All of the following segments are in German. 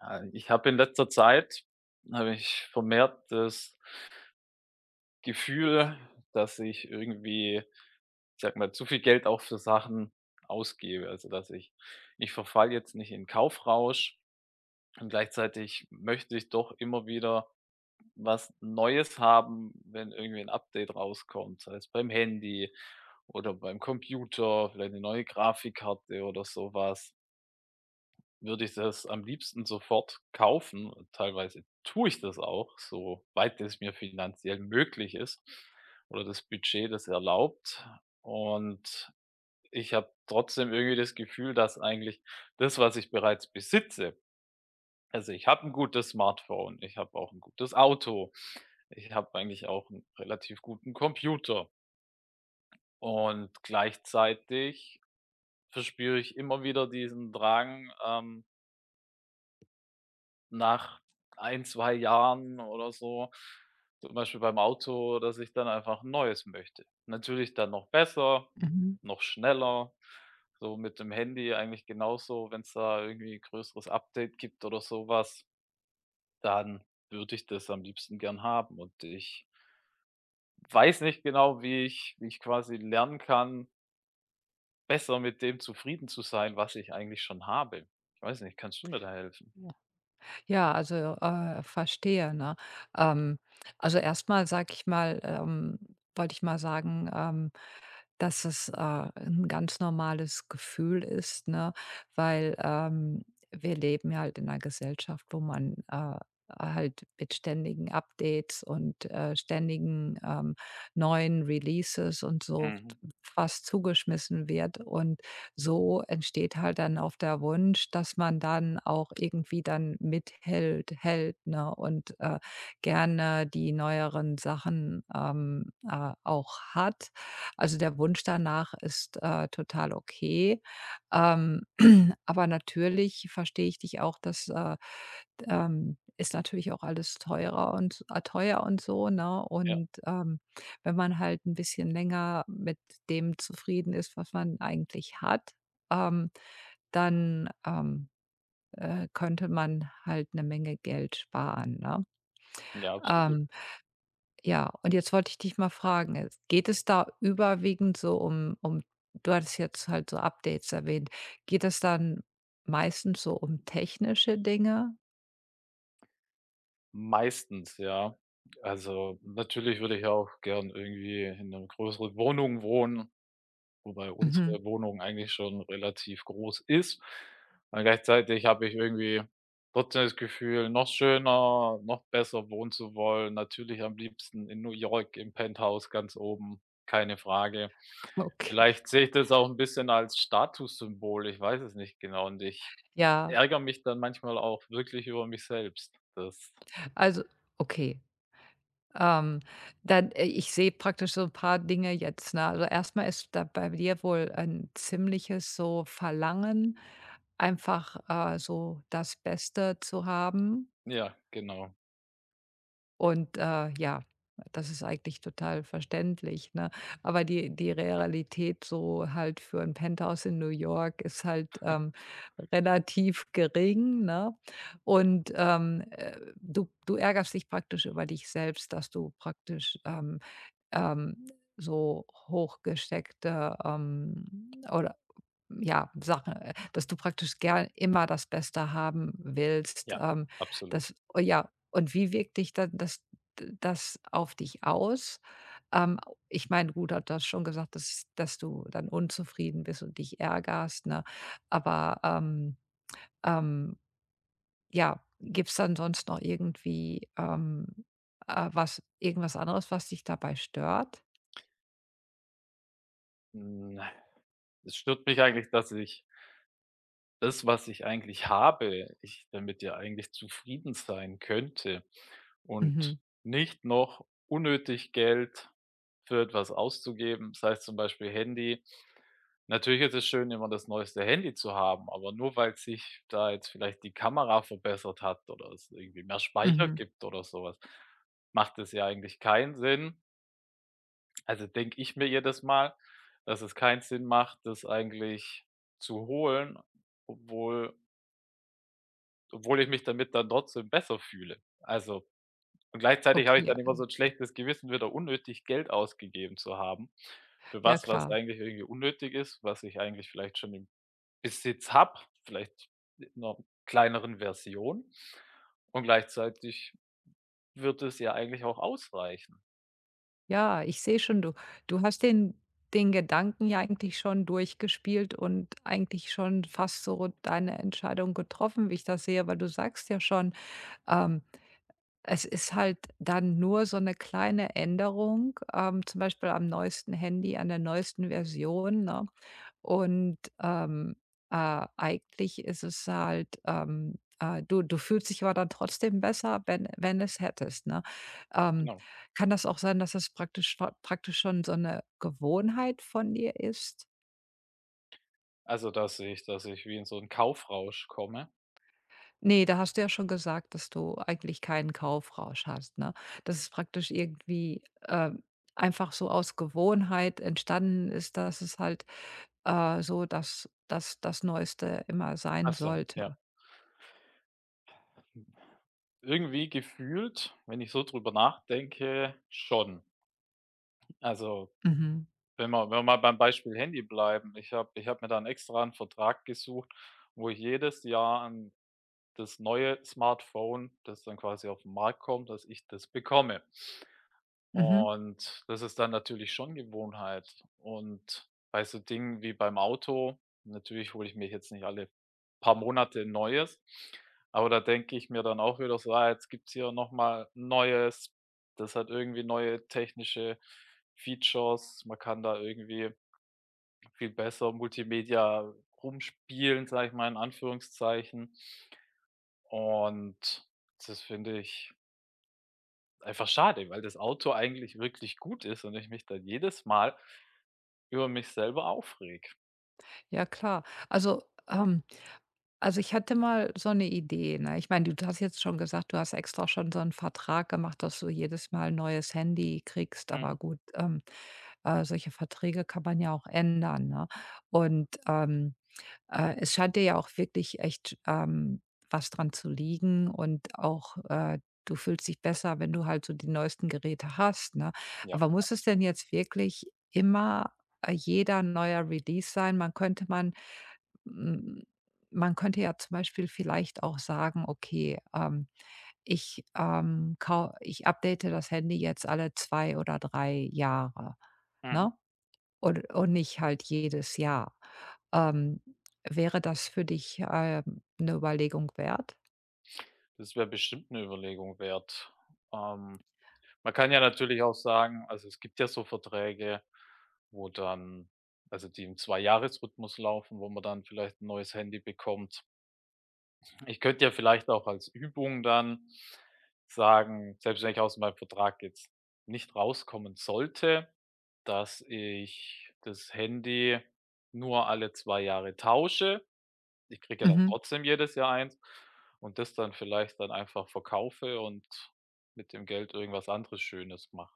Ja, ich habe in letzter Zeit habe ich vermehrt das Gefühl, dass ich irgendwie, ich sage mal, zu viel Geld auch für Sachen ausgebe. Also, dass ich verfalle jetzt nicht in Kaufrausch und gleichzeitig möchte ich doch immer wieder was Neues haben, wenn irgendwie ein Update rauskommt, sei es beim Handy oder beim Computer, vielleicht eine neue Grafikkarte oder so was. Würde ich das am liebsten sofort kaufen. Teilweise tue ich das auch, soweit es mir finanziell möglich ist oder das Budget das erlaubt. Und ich habe trotzdem irgendwie das Gefühl, dass eigentlich das, was ich bereits besitze, also ich habe ein gutes Smartphone, ich habe auch ein gutes Auto, ich habe eigentlich auch einen relativ guten Computer, und gleichzeitig verspüre ich immer wieder diesen Drang, nach ein 2 Jahren oder so, zum Beispiel beim Auto, dass ich dann einfach 'n neues möchte. Natürlich dann noch besser, Mhm. noch schneller, so mit dem Handy eigentlich genauso, wenn es da irgendwie ein größeres Update gibt oder sowas, dann würde ich das am liebsten gern haben und ich weiß nicht genau, wie ich quasi lernen kann, besser mit dem zufrieden zu sein, was ich eigentlich schon habe. Ich weiß nicht, kannst du mir da helfen? Ja. Ja, also, verstehe, ne? Ähm, also, erstmal, mal sage ich mal wollte ich mal sagen, dass es, 'n ganz normales Gefühl ist, ne? Weil, wir leben ja halt in einer Gesellschaft, wo man, halt mit ständigen Updates und, ständigen, neuen Releases und so Mhm. fast zugeschmissen wird. Und so entsteht halt dann auch der Wunsch, dass man dann auch irgendwie dann mithält hält, ne? Und, gerne die neueren Sachen, auch hat. Also, der Wunsch danach ist, total okay. Ähm, aber natürlich verstehe ich dich auch, dass, ist natürlich auch alles teurer und teuer und so, ne? Ja, Und, wenn man halt ein bisschen länger mit dem zufrieden ist, was man eigentlich hat, ähm, dann könnte man halt eine Menge Geld sparen, ne? ja, absolut. Ähm ja, und jetzt wollte ich dich mal fragen, es geht es da überwiegend so um du hattest jetzt halt so Updates erwähnt. Geht es dann meistens so um technische Dinge? Meistens, ja. Also, natürlich würde ich auch gern irgendwie in 'ner größeren Wohnung wohnen, wobei Mhm. unsere Wohnung eigentlich schon relativ groß ist. Und gleichzeitig habe ich irgendwie trotzdem das Gefühl, noch schöner, noch besser wohnen zu wollen. Natürlich am liebsten in New York im Penthouse ganz oben, keine Frage. Okay. Vielleicht sehe ich das auch ein bisschen als Statussymbol, ich weiß es nicht genau und ich Ja, ärgere mich dann manchmal auch wirklich über mich selbst. Das also okay. Ähm, dann ich sehe praktisch so ein paar Dinge jetzt, ne? Also, erstmal ist da bei dir wohl ein ziemliches so Verlangen, einfach, so das Beste zu haben. ja, genau. Und, ja, das ist eigentlich total verständlich, ne? Aber die Realität so halt für ein Penthouse in New York ist halt, relativ gering, ne? Und, du ärgerst dich praktisch über dich selbst, dass du praktisch, ähm, so hochgesteckte, oder ja, Sachen, dass du praktisch gern immer das Beste haben willst. Ja, absolut. Das oh ja, und wie wirkt dich dann das auf dich aus? Ähm, ich meine, gut, hat das schon gesagt, dass du dann unzufrieden bist und dich ärgerst, ne? Aber, ähm, ja, gibt's dann sonst noch irgendwie, was irgendwas anderes, was dich dabei stört? Hm, es stört mich eigentlich, dass ich das, was ich eigentlich habe, ich damit ja eigentlich zufrieden sein könnte und Mhm, nicht noch unnötig Geld für etwas auszugeben, sei es zum Beispiel Handy. Natürlich ist es schön, immer das neueste Handy zu haben, aber nur weil sich da jetzt vielleicht die Kamera verbessert hat oder es irgendwie mehr Speicher mhm, gibt oder sowas, macht es ja eigentlich keinen Sinn. Also, denke ich mir jedes Mal, dass es keinen Sinn macht, das eigentlich zu holen, obwohl obwohl ich mich damit dann trotzdem besser fühle. Also, und gleichzeitig habe ich okay, dann immer so ein schlechtes Gewissen, wieder unnötig Geld ausgegeben zu haben für ja was, was klar. eigentlich irgendwie unnötig ist, was ich eigentlich vielleicht schon im Besitz habe, vielleicht in einer kleineren Version. Und gleichzeitig wird es ja eigentlich auch ausreichen. Ja, ich sehe schon, du hast den Gedanken ja eigentlich schon durchgespielt und eigentlich schon fast so deine Entscheidung getroffen, wie ich das sehe, weil du sagst ja schon, ähm, es ist halt dann nur so eine kleine Änderung, zum Beispiel am neuesten Handy, an der neuesten Version, ne? Und, eigentlich ist es halt, du fühlst dich aber dann trotzdem besser, wenn es hättest, ne? Ähm, Genau. kann das auch sein, dass das praktisch scho praktisch schon so eine Gewohnheit von dir ist? Also, dass ich wie in so einen Kaufrausch komme. Ne, da hast du ja schon gesagt, dass du eigentlich keinen Kaufrausch hast, ne? Dass es praktisch irgendwie, ähm, einfach so aus Gewohnheit entstanden ist, dass es halt, so dass das Neueste immer sein Ach so, ja. sollte. Irgendwie gefühlt, wenn ich so drüber nachdenke, schon. Also, Mhm. wenn wir mal beim Beispiel Handy bleiben, ich habe mir dann extra einen Vertrag gesucht, wo ich jedes Jahr 'n das neue Smartphone, das dann quasi auf den Markt kommt, dass ich das bekomme. Mhm. Und das ist dann natürlich schon Gewohnheit. Und bei so Dingen wie beim Auto, natürlich hole ich mir jetzt nicht alle paar Monate 'n neues, aber da denke ich mir dann auch wieder so: „Ah, jetzt gibt's hier noch mal neues. Das hat irgendwie neue technische Features. Man kann da irgendwie viel besser Multimedia rumspielen“, sage ich mal in Anführungszeichen. Und das finde ich einfach schade, weil das Auto eigentlich wirklich gut ist und ich mich dann jedes Mal über mich selber aufrege. Ja, klar. Also, ähm also, ich hatte mal so eine Idee, ne? Ich meine, du hast jetzt schon gesagt, du hast extra schon so einen Vertrag gemacht, dass du jedes Mal 'n neues Handy kriegst, aber Mhm. gut, solche Verträge kann man ja auch ändern, ne? Und, es scheint dir ja auch wirklich echt, was dran zu liegen und auch, du fühlst dich besser, wenn du halt so die neuesten Geräte hast, ne? Ja, Aber muss es denn absolut. jetzt wirklich immer, jeder neuer Release sein? Hm, man könnte ja zum Beispiel vielleicht auch sagen: „Okay, ich update das Handy jetzt alle 2 oder 3 Jahre“, Mhm. ne? Und nicht halt jedes Jahr. Ähm, wäre das für dich, 'ne Überlegung wert? Das wäre bestimmt eine Überlegung wert. Ähm, Man kann ja natürlich auch sagen, also, es gibt ja so Verträge, wo dann, also, die im zwei-Jahres-Rhythmus laufen, wo man dann vielleicht ein neues Handy bekommt. Ich könnte ja vielleicht auch als Übung dann sagen, selbst wenn ich aus meinem Vertrag jetzt nicht rauskommen sollte, dass ich das Handy nur alle 2 Jahre tausche. Ich kriege ja dann Mhm. trotzdem jedes Jahr eins und das dann vielleicht dann einfach verkaufe und mit dem Geld irgendwas anderes Schönes mache.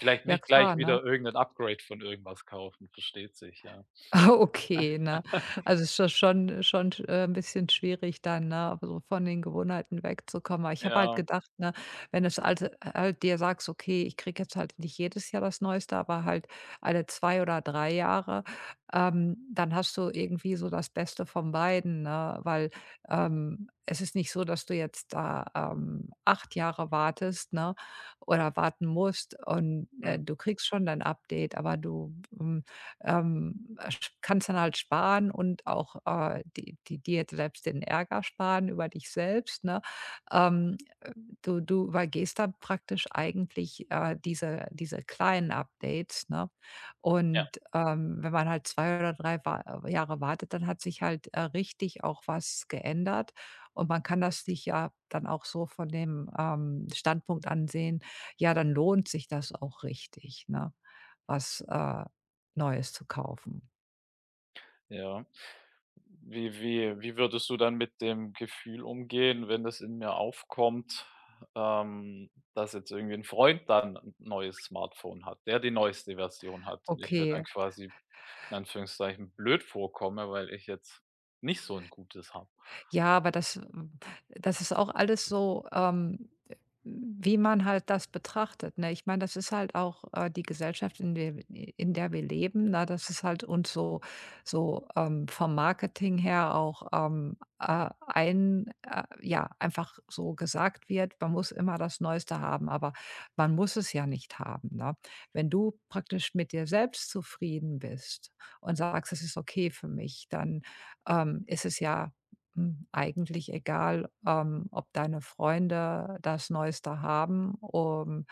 Vielleicht Ja nicht klar, gleich ne? wieder irgendein Upgrade von irgendwas kaufen, versteht sich, ja. Ah, okay, ne? Also, es ist das schon, 'n bisschen schwierig dann, ne, aber so von den Gewohnheiten wegzukommen. Aber ich habe halt Ja, gedacht, ne, wenn das also halt dir sagst: „Okay, ich kriege jetzt halt nicht jedes Jahr das Neueste, aber halt alle 2 oder 3 Jahre“, dann hast du irgendwie so das Beste von beiden, ne? Weil, es ist nicht so, dass du jetzt da, 8 Jahre wartest, ne, oder warten musst und, mhm, du kriegst schon dein Update, aber du, hm sch kannst dann halt sparen und auch, die dir selbst den Ärger sparen über dich selbst, ne? Ähm du übergehst da praktisch eigentlich, diese kleinen Updates, ne? ja, Und, wenn man halt 2 oder 3 wa Jahre wartet, dann hat sich halt, richtig auch was geändert. Und man kann das sich ja dann auch so von dem, Standpunkt ansehen, ja, dann lohnt sich das auch richtig, ne, was, Neues zu kaufen. ja. Wie würdest du dann mit dem Gefühl umgehen, wenn das in mir aufkommt, dass jetzt irgendwie ein Freund dann 'n neues Smartphone hat, der die neueste Version hat und ich mir dann Okay. quasi, in Anführungszeichen, blöd vorkomme, weil ich jetzt nicht so ein gutes habe. Ja, aber das das ist auch alles so, wie man halt das betrachtet, ne? Ich meine, das ist halt auch, die Gesellschaft, in der wir leben, na, das ist halt uns so so, vom Marketing her auch, ein ja, einfach so gesagt wird, man muss immer das Neueste haben, aber man muss es ja nicht haben, ne? Wenn du praktisch mit dir selbst zufrieden bist und sagst: „Es ist okay für mich“, dann, ist es ja eigentlich egal, ob deine Freunde das Neueste haben, um,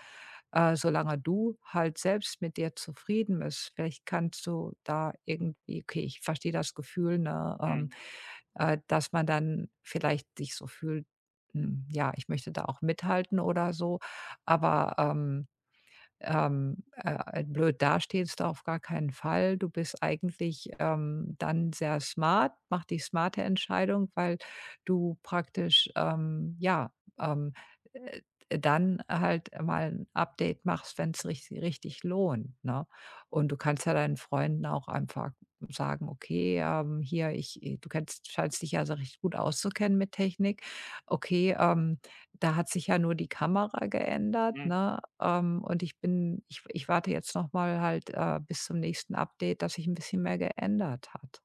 äh, solange du halt selbst mit dir zufrieden bist. Vielleicht kannst du da irgendwie okay, ich verstehe das Gefühl, ne, Mhm, dass man dann vielleicht sich so fühlt, ja, ich möchte da auch mithalten oder so, aber, blöd dastehst du auf gar keinen Fall. Du bist eigentlich dann sehr smart, mach die smarte Entscheidung, weil du praktisch, ähm, äh, dann halt mal ein Update machst, wenn es richtig lohnt, ne? Und du kannst ja deinen Freunden auch einfach sagen: „Okay, hier, ich“ du kennst scheinst dich ja so recht gut auszukennen mit Technik. „Okay, da hat sich ja nur die Kamera geändert, mhm. ne? Und ich bin ich ich warte jetzt noch mal halt, bis zum nächsten Update, dass sich ein bisschen mehr geändert hat.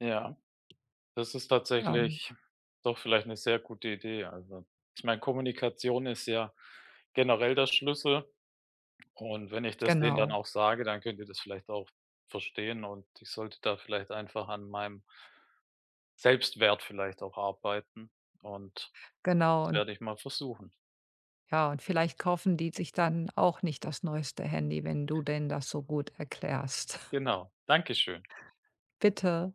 Ja, das ist Ähm, tatsächlich doch vielleicht eine sehr gute Idee. Also, ich meine, Kommunikation ist ja generell der Schlüssel und wenn ich das denen dann genau, auch sage, dann könnt ihr das vielleicht auch verstehen und ich sollte da vielleicht einfach an meinem Selbstwert vielleicht auch arbeiten und genau das und werde ich mal versuchen. ja, und vielleicht kaufen die sich dann auch nicht das neueste Handy, wenn du denn das so gut erklärst. Genau. Dankeschön. Bitte.